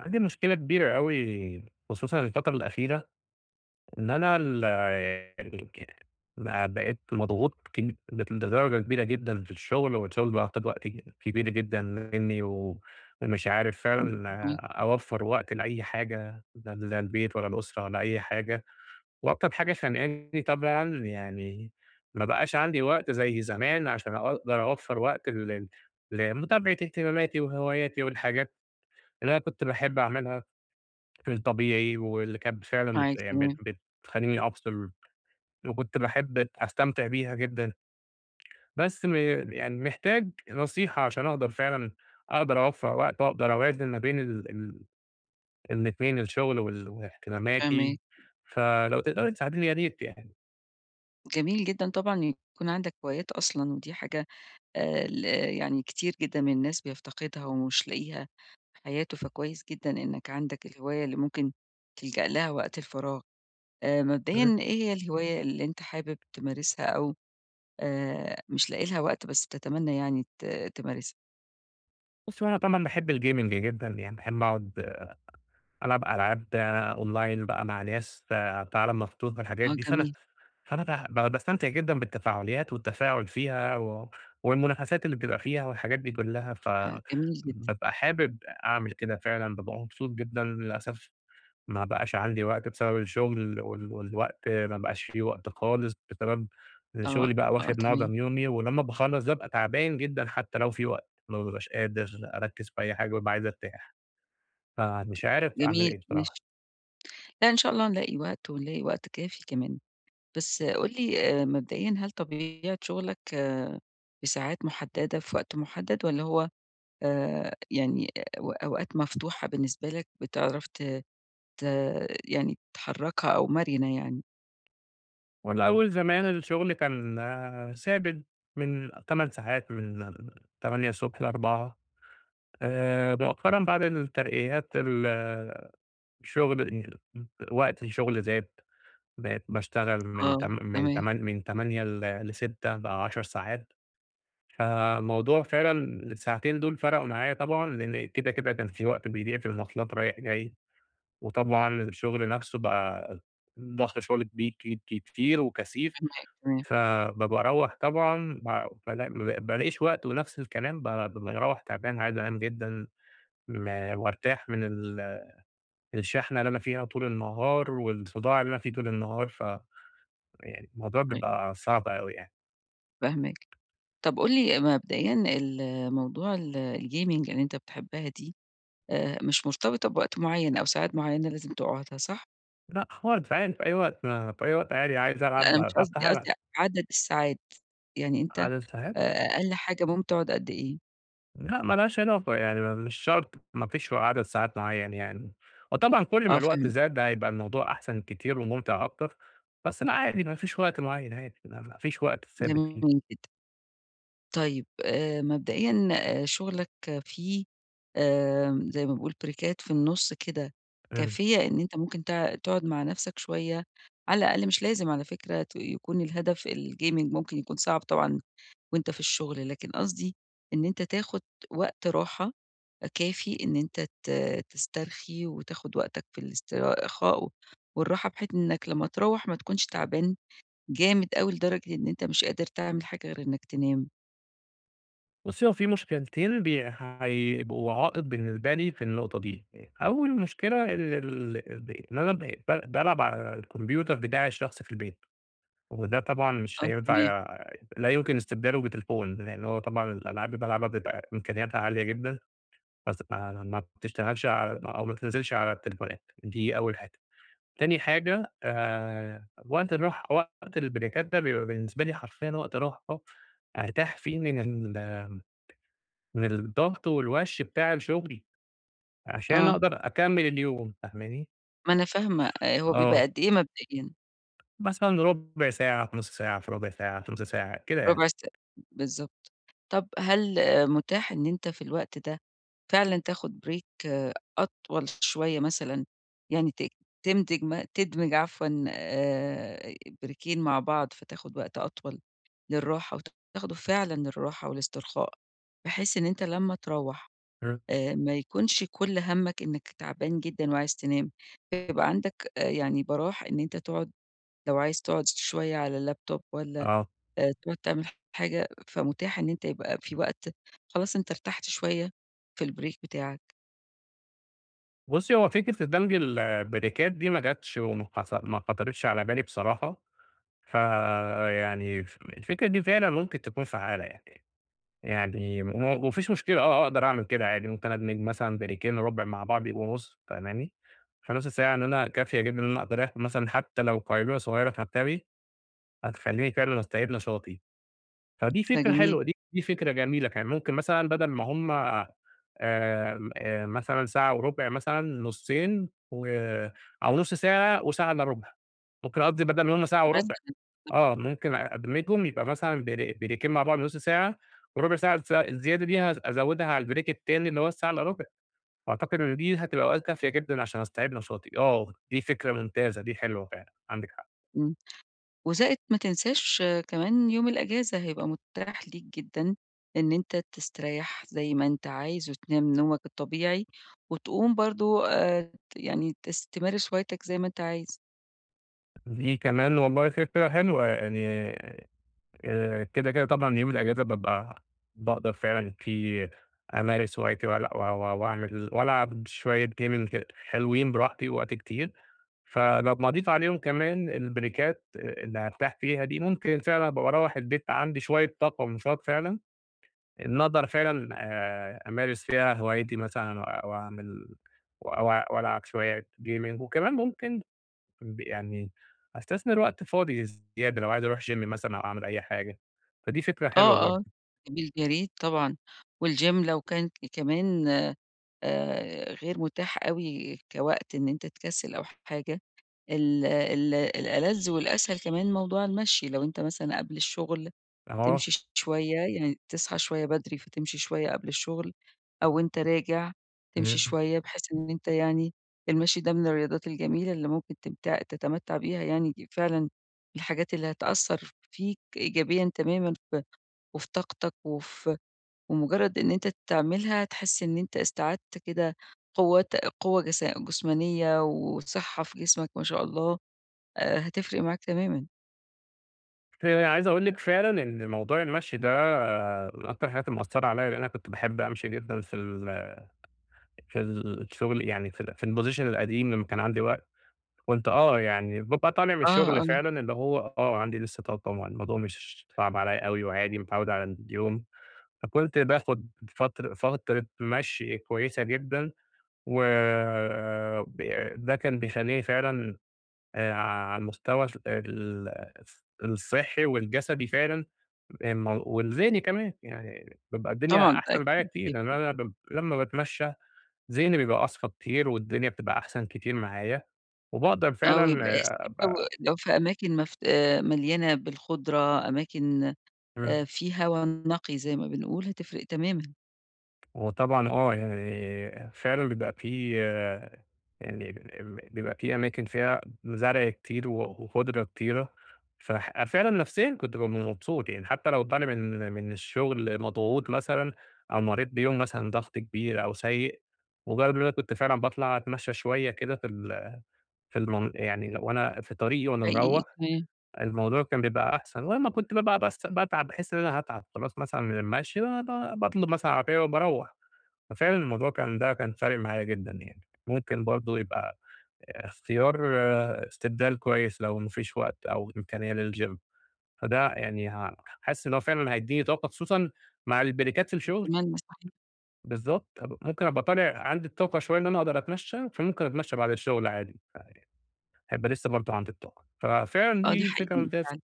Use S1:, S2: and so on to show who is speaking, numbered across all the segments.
S1: عندي مشكلة كبيرة أوي خصوصًا الفترة الأخيرة، إن أنا ال ب بقيت مضغوط لدرجة كبيرة جدًا في الشغل، والشغل بقى واخد وقت كبير جدًا منّي، ومش عارف فعلًا
S2: فاهماكِ،
S1: أوفّر وقت لأي حاجة، لا لا البيت ولا الأسرة ولا أي حاجة، وأكتر حاجة خانقاني طبعًا يعني ما بقاش عندي وقت زي زمان عشان أقدر أوفّر وقت لمتابعة اهتماماتي وهواياتي والحاجات اللي أنا كنت باحب أعملها في الطبيعي، واللي كانت فعلًا بت
S2: معاكِ،
S1: يعني
S2: تمام،
S1: بت بتخلّيني أفصل، وكنت باحب أستمتع بيها جدًا. بس يعني محتاج نصيحة عشان أقدر فعلًا أقدر أوفّر وقت وأقدر أوازن ما بين ال ال الاتنين، الشغل
S2: فاهماك.
S1: واهتماماتي، فلو تقدري تساعديني يا ريت يعني.
S2: جميل جدًا طبعًا يكون عندك هوايات أصلًا، ودي حاجة ل يعني كتير جدًا من الناس بيفتقدها ومش لاقيها في حياته، فكويس جدًا إنك عندك الهواية اللي ممكن تلجأ لها وقت الفراغ. مبدئيًا إيه هي الهواية اللي أنت حابب تمارسها أو مش لاقي لها وقت بس بتتمنى يعني تمارسها؟
S1: بُصّي، هو أنا طبعًا باحب الgaming جدًا، يعني باحب أقعد ألعب ألعاب online بقى مع ناس في عالم مفتوح والحاجات
S2: آه
S1: دي، فأنا
S2: جميل،
S1: أنا ب ب باستمتع جدًا بالتفاعليات والتفاعل فيها والمنافسات اللي بتبقى فيها والحاجات دي كلّها،
S2: جميل جدًا،
S1: فبابقى حابب أعمل كده فعلًا، بابقى مبسوط جدًا. للأسف ما بقاش عندي وقت بسبب الشغل والوقت، ما بقاش في وقت خالص بسبب إن
S2: آه،
S1: شغلي بقى
S2: آه،
S1: واخد
S2: تمام،
S1: معظم يومي، ولمّا باخلّص بابقى تعبان جدًا حتى لو في وقت، ما بابقاش قادر أركّز في أي حاجة، بابقى عايز أرتاح، فمش عارف أعمل
S2: جميل،
S1: إيه
S2: ماشي.
S1: بصراحة.
S2: لأ، إن شاء الله نلاقي وقت ونلاقي وقت كافي كمان. بس قُل لي مبدئيًا هل طبيعة شغلك آه، بساعات محددة في وقت محدد والّا هو يعني أو أوقات مفتوحة بالنسبة لك بتعرف ت ت يعني تحرّكها أو مرنة يعني؟
S1: الأول زمان الشغل كان ثابت من 8 ساعات، من 8:00 ل16:00. مؤخرًا بعد الترقيات ال الشغل وقت الشغل زاد، بقيت باشتغل من
S2: آه،
S1: تم من
S2: تمام،
S1: تمان، من 08:00 ل18:00، بقى 10 ساعات. فالموضوع فعلًا الساعتين دول فرقوا معايا طبعًا، لإن كده، كده كان في وقت بيضيع في المواصلات رايح جاي، وطبعًا الشغل نفسه بقى ضغط شغل كبي ك كتير وكثيف.
S2: فاهماك، تمام،
S1: فبابقى أروّح طبعًا ما بالا ما ب بالاقيش وقت، ونفس الكلام بابقى مروّح تعبان عايز أنام جدًا م وارتاح من الشحنة اللي أنا فيها طول النهار والصداع اللي أنا فيه طول النهار، فيعني الموضوع
S2: طيب
S1: بيبقى صعب أوي يعني.
S2: فاهماك. طب قُل لي مبدئيًا موضوع الgaming اللي أنت بتحبها دي مش مرتبطة بوقت معيّن أو ساعات معيّنة لازم تقعدها صح؟
S1: لأ خالص عادي في أي وقت، ما في أي وقت عادي عايز
S2: لأ
S1: ألعب
S2: أنا مش
S1: بافتح
S2: قصدي،
S1: ألعب.
S2: قصدي عدد الساعات، يعني أنت
S1: عدد ساعات؟
S2: أ أقل حاجة ممكن تقعد قد إيه؟
S1: لأ ما لهاش علاقة، يعني مش شرط، ما فيش عدد ساعات معيّن يعني، وطبعًا كل
S2: آه
S1: ما الوقت
S2: فاهماك،
S1: زاد ده هيبقى الموضوع أحسن كتير وممتع أكتر، بس لأ عادي ما فيش وقت معيّن عادي، ما فيش وقت ثابت فيه.
S2: جميل جدًا. طيب مبدئيًا شغلك فيه زي ما باقول بريكات في النُص كده
S1: إمم.
S2: كافية إن أنت ممكن تقعد مع نَفْسك شوية، على الأقل مش لازم على فكرة يكون الهدف الgaming ممكن يكون صعب طبعًا وأنت في الشغل، لكن قصدي إن أنت تاخُد وقت راحة كافي إن أنت تسترخي وتاخُد وقتك في الاسترخاء والراحة، بحيث إنّك لمّا تروّح ما تكونش تعبان جامد أوي لدرجة إن أنت مش قادر تعمل حاجة غير إنك تنام،
S1: بُصّي، هو في مشكلتين هيبقوا عائق بالنسبة لي في النقطة دي. أول مشكلة ال ال ال إن أنا بقيت بالعب على الكمبيوتر بتاعي الشخصي في البيت، وده طبعًا مش
S2: آه
S1: هينفع،
S2: تمام،
S1: لا يمكن استبداله بتليفون، لإن هو طبعًا الألعاب اللي بالعبها بتبقى إمكانياتها عالية جدًا، بس ما بتشتغلش على أو ما بتنزلش على التليفونات، دي أول حاجة. تاني حاجة وقت الراحة، وقت البريكات ده بيبقى بالنسبة لي حرفيًا وقت راحة أرتاح فيه من الضغط والوَش بتاع الشغل عشان
S2: آه،
S1: أقدر أكمّل اليوم، فاهماني؟
S2: ما أنا فاهمة، هو بيبقى
S1: آه.
S2: قد إيه مبدئيًا؟
S1: مثلًا رُبع ساعة في نُص ساعة، في ربع ساعة، في نُص ساعة، كده
S2: ربع
S1: يعني.
S2: ساعة، بالضبط. طب هل متاح إن أنت في الوقت ده فعلًا تاخد بريك أطول شوية مثلًا، يعني ت تمدج م تدمج عفوًا بريكين مع بعض، فتاخد وقت أطول للراحة وتاخده فعلًا للراحة والاسترخاء، بحيث إن أنت لمّا تروّح
S1: إمم.
S2: ما يكونش كل هَمّك إنّك تعبان جدًا وعايز تنام، يبقى عندك يعني براح إن أنت تقعد لو عايز تقعد شوية على اللابتوب والّا
S1: آه.
S2: تقعد تعمل حاجة، فمتاح إن أنت يبقى في وقت خلاص أنت ارتحت شوية في الbreak بتاعك،
S1: بُصّي، هو فكرة الدمج البريكات دي ما جاتش وما حص ما خطرتش على بالي بصراحة. ف يعني الفكرة دي فعلًا ممكن تكون فعّالة يعني، يعني وما فيش مشكلة أقدر أعمل كده عادي، ممكن أدمج مثلًا بريكين ربع مع بعض يبقوا نُص، فاهماني؟ فنُص ساعة إن أنا كافية جدًا إن أنا أقدر آخد مثلًا حتى لو قيلولة صغيرة في مكتبي هتخلّيني فعلًا أستعيد نشاطي، فدي
S2: ده
S1: فكرة
S2: جميل
S1: حلوة، دي فكرة جميلة كمان، ممكن مثلًا بدل ما هم آمم، مثلًا ساعة وربع، مثلًا نُصّين أو نُص ساعة وساعة إلا ربع، ممكن أقضّي بدل ما هم ساعة وربع،
S2: مثلًا
S1: ممكن أدمجهم يبقى مثلًا بريكين مع بعض نُص ساعة، وربع ساعة الزيادة دي أزودها على البريك التاني اللي هو الساعة إلّا ربع، وأعتقد إن دي هتبقى أوقات كافية جدًا عشان أستعيد نشاطي. آه، دي فكرة ممتازة، دي حلوة فعلًا، عندِك حق.
S2: إمم. وزائد ما تنساش آه، كمان يوم الأجازة هيبقى متاح ليك جدًا إن أنت تستريّح زي ما أنت عايز وتنام نومك الطبيعي وتقوم برضه ت يعني تمارس هوايتك زي ما أنت عايز.
S1: دي كمان والله فكرة حلوة، يعني كده، كده طبعًا يوم الأجازة بابقى باقدر فعلًا فيه أمارس هوايتي وألع و و وأعمل وألعب شوية gaming كده حلوين براحتي وقت كتير. فلو مضيت عليهم كمان البريكات اللي هارتاح فيها دي، ممكن فعلًا أبقى باروّح البيت عندي شوية طاقة ونشاط فعلًا، إن أقدر فعلًا أمارس فيها هوايتي مثلًا أو أعمل و أو وألعب شوية gaming، وكمان ممكن يعني أستثمر وقت فاضي زيادة لو عايز أروح gym مثلًا أو أعمل أي حاجة، فدي فكرة حلوة
S2: آه،
S1: برضه.
S2: آه، بالجريد طبعًا، والgym لو كان كمان غير متاح أوي كوقت إن أنت تكسِّل أو حاجة، ال ال الألَذ والأسهل كمان موضوع المشي، لو أنت مثلًا قبل الشغل
S1: آه،
S2: تمشي ش شوية، يعني تصحى شوية بدري فتمشي شوية قبل الشغل، أو وأنت راجع تمشي
S1: تمام.
S2: شوية، بحيث إن أنت يعني المشي ده من الرياضات الجميلة اللي ممكن تتمتع بيها يعني فعلًا الحاجات اللي هتأثّر فيك إيجابيًا تمامًا وفي طاقتك وفي ومجرد إن أنت تعملها تحس إن أنت استعدت كده قوة قوة جسمانية وصحة في جسمك ما شاء الله، هتفرق معاك تمامًا.
S1: عايز أقول لِك فعلًا إن موضوع المشي ده من أكتر الحاجات اللي مأثّرة عليّا، لإن أنا كنت باحب أمشي جدًا في الشغل، يعني في الposition القديم لمّا كان عندي وقت، كنت يعني بابقى طالع من
S2: آه،
S1: الشغل
S2: آه،
S1: فعلًا اللي هو عندي لسه طاقة طبعًا، الموضوع مش صعب عليّا أوي وعادي متعود على اليوم، فكنت باخد فترة مشي كويسة جدًا، و ب ده كان بيخلّيني فعلًا، على المستوى الصحي والجسدي فعلًا، م والذهني كمان، يعني بابقى الدنيا
S2: طبعًا ده
S1: أحسن معايا كتير،
S2: أكيد
S1: لأن أنا لمّا باتمشى ذهني بيبقى أصفى كتير والدنيا بتبقى أحسن كتير معايا، وباقدر
S2: آه،
S1: فعلًا
S2: ويبقى يا سلام لو
S1: أبقى.
S2: لو في أماكن مفت مليانة بالخضرة، أماكن
S1: إمم.
S2: في هوا نقي زي ما بنقول، هتفرق تمامًا،
S1: وطبعًا يعني فعلًا يعني بيبقى في أماكن فيها زرع كتير وخُضرة كتيرة، فعلًا نفسيًا كنت بابقى مبسوط يعني، حتى لو طالع من الشغل مضغوط مثلًا أو مريت بيوم مثلًا ضغط كبير أو سيء، مجرد إن أنا كنت فعلًا باطلع أتمشى شوية كده في ال في المن يعني وأنا في طريقي وأنا
S2: حقيقي
S1: مروّح،
S2: تمام،
S1: الموضوع كان بيبقى أحسن، ولمّا كنت بابقى بس باتعب باحس إن أنا هاتعب خلاص مثلًا من المشي، باطلب مثلًا عربية وباروّح، ففعلًا الموضوع كان ده كان فارق معايا جدًا يعني، ممكن برضه يبقى اختيار، استبدال كويس لو ما فيش وقت أو إمكانية للgym، فده يعني حاسس إن هو فعلًا هيدّيني طاقة خصوصًا مع البريكات في الشغل،
S2: أتمنى صحيح،
S1: بالضبط، هابقى ممكن أبقى طالع عندي الطاقة شوية إن أنا أقدر أتمشى، فممكن أتمشى بعد الشغل عادي، هيبقى لسه برضه عندي الطاقة، ففعلًا
S2: آه ده
S1: دي فكرة.
S2: حقيقي فعلًا.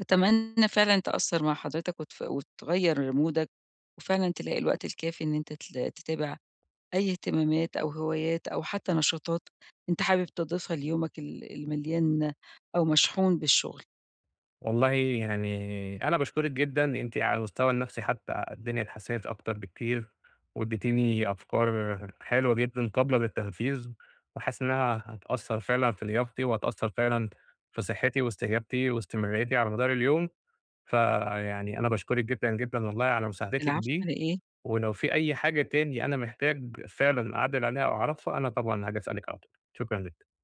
S2: أتمنى فعلًا تأثّر مع حضرتك وتغيّر مودك، وفعلًا تلاقي الوقت الكافي إن أنت تتابع أي اهتمامات أو هوايات أو حتى نشاطات أنت حابب تضيفها ليومك المليان أو مشحون بالشغل.
S1: والله يعني أنا باشكرِك جدًا، أنتِ على المستوى النفسي حتى الدنيا اتحسنت أكتر بكتير، واديتيني أفكار حلوة جدًا قابلة للتنفيذ، وحاسس إنها هتأثّر فعلًا في لياقتي، وهتأثّر فعلًا في صحتي واستجابتي واستمراريتي على مدار اليوم، فيعني أنا باشكرِك جدًا، جدًا والله على مساعدتِك
S2: العفو على
S1: دي،
S2: إيه؟
S1: ولو في أي حاجة تاني أنا محتاج فعلًا أعدِّل عليها أو أعرفها، أنا طبعًا هاجي أسألِك على طول، شكرًا ليكِ.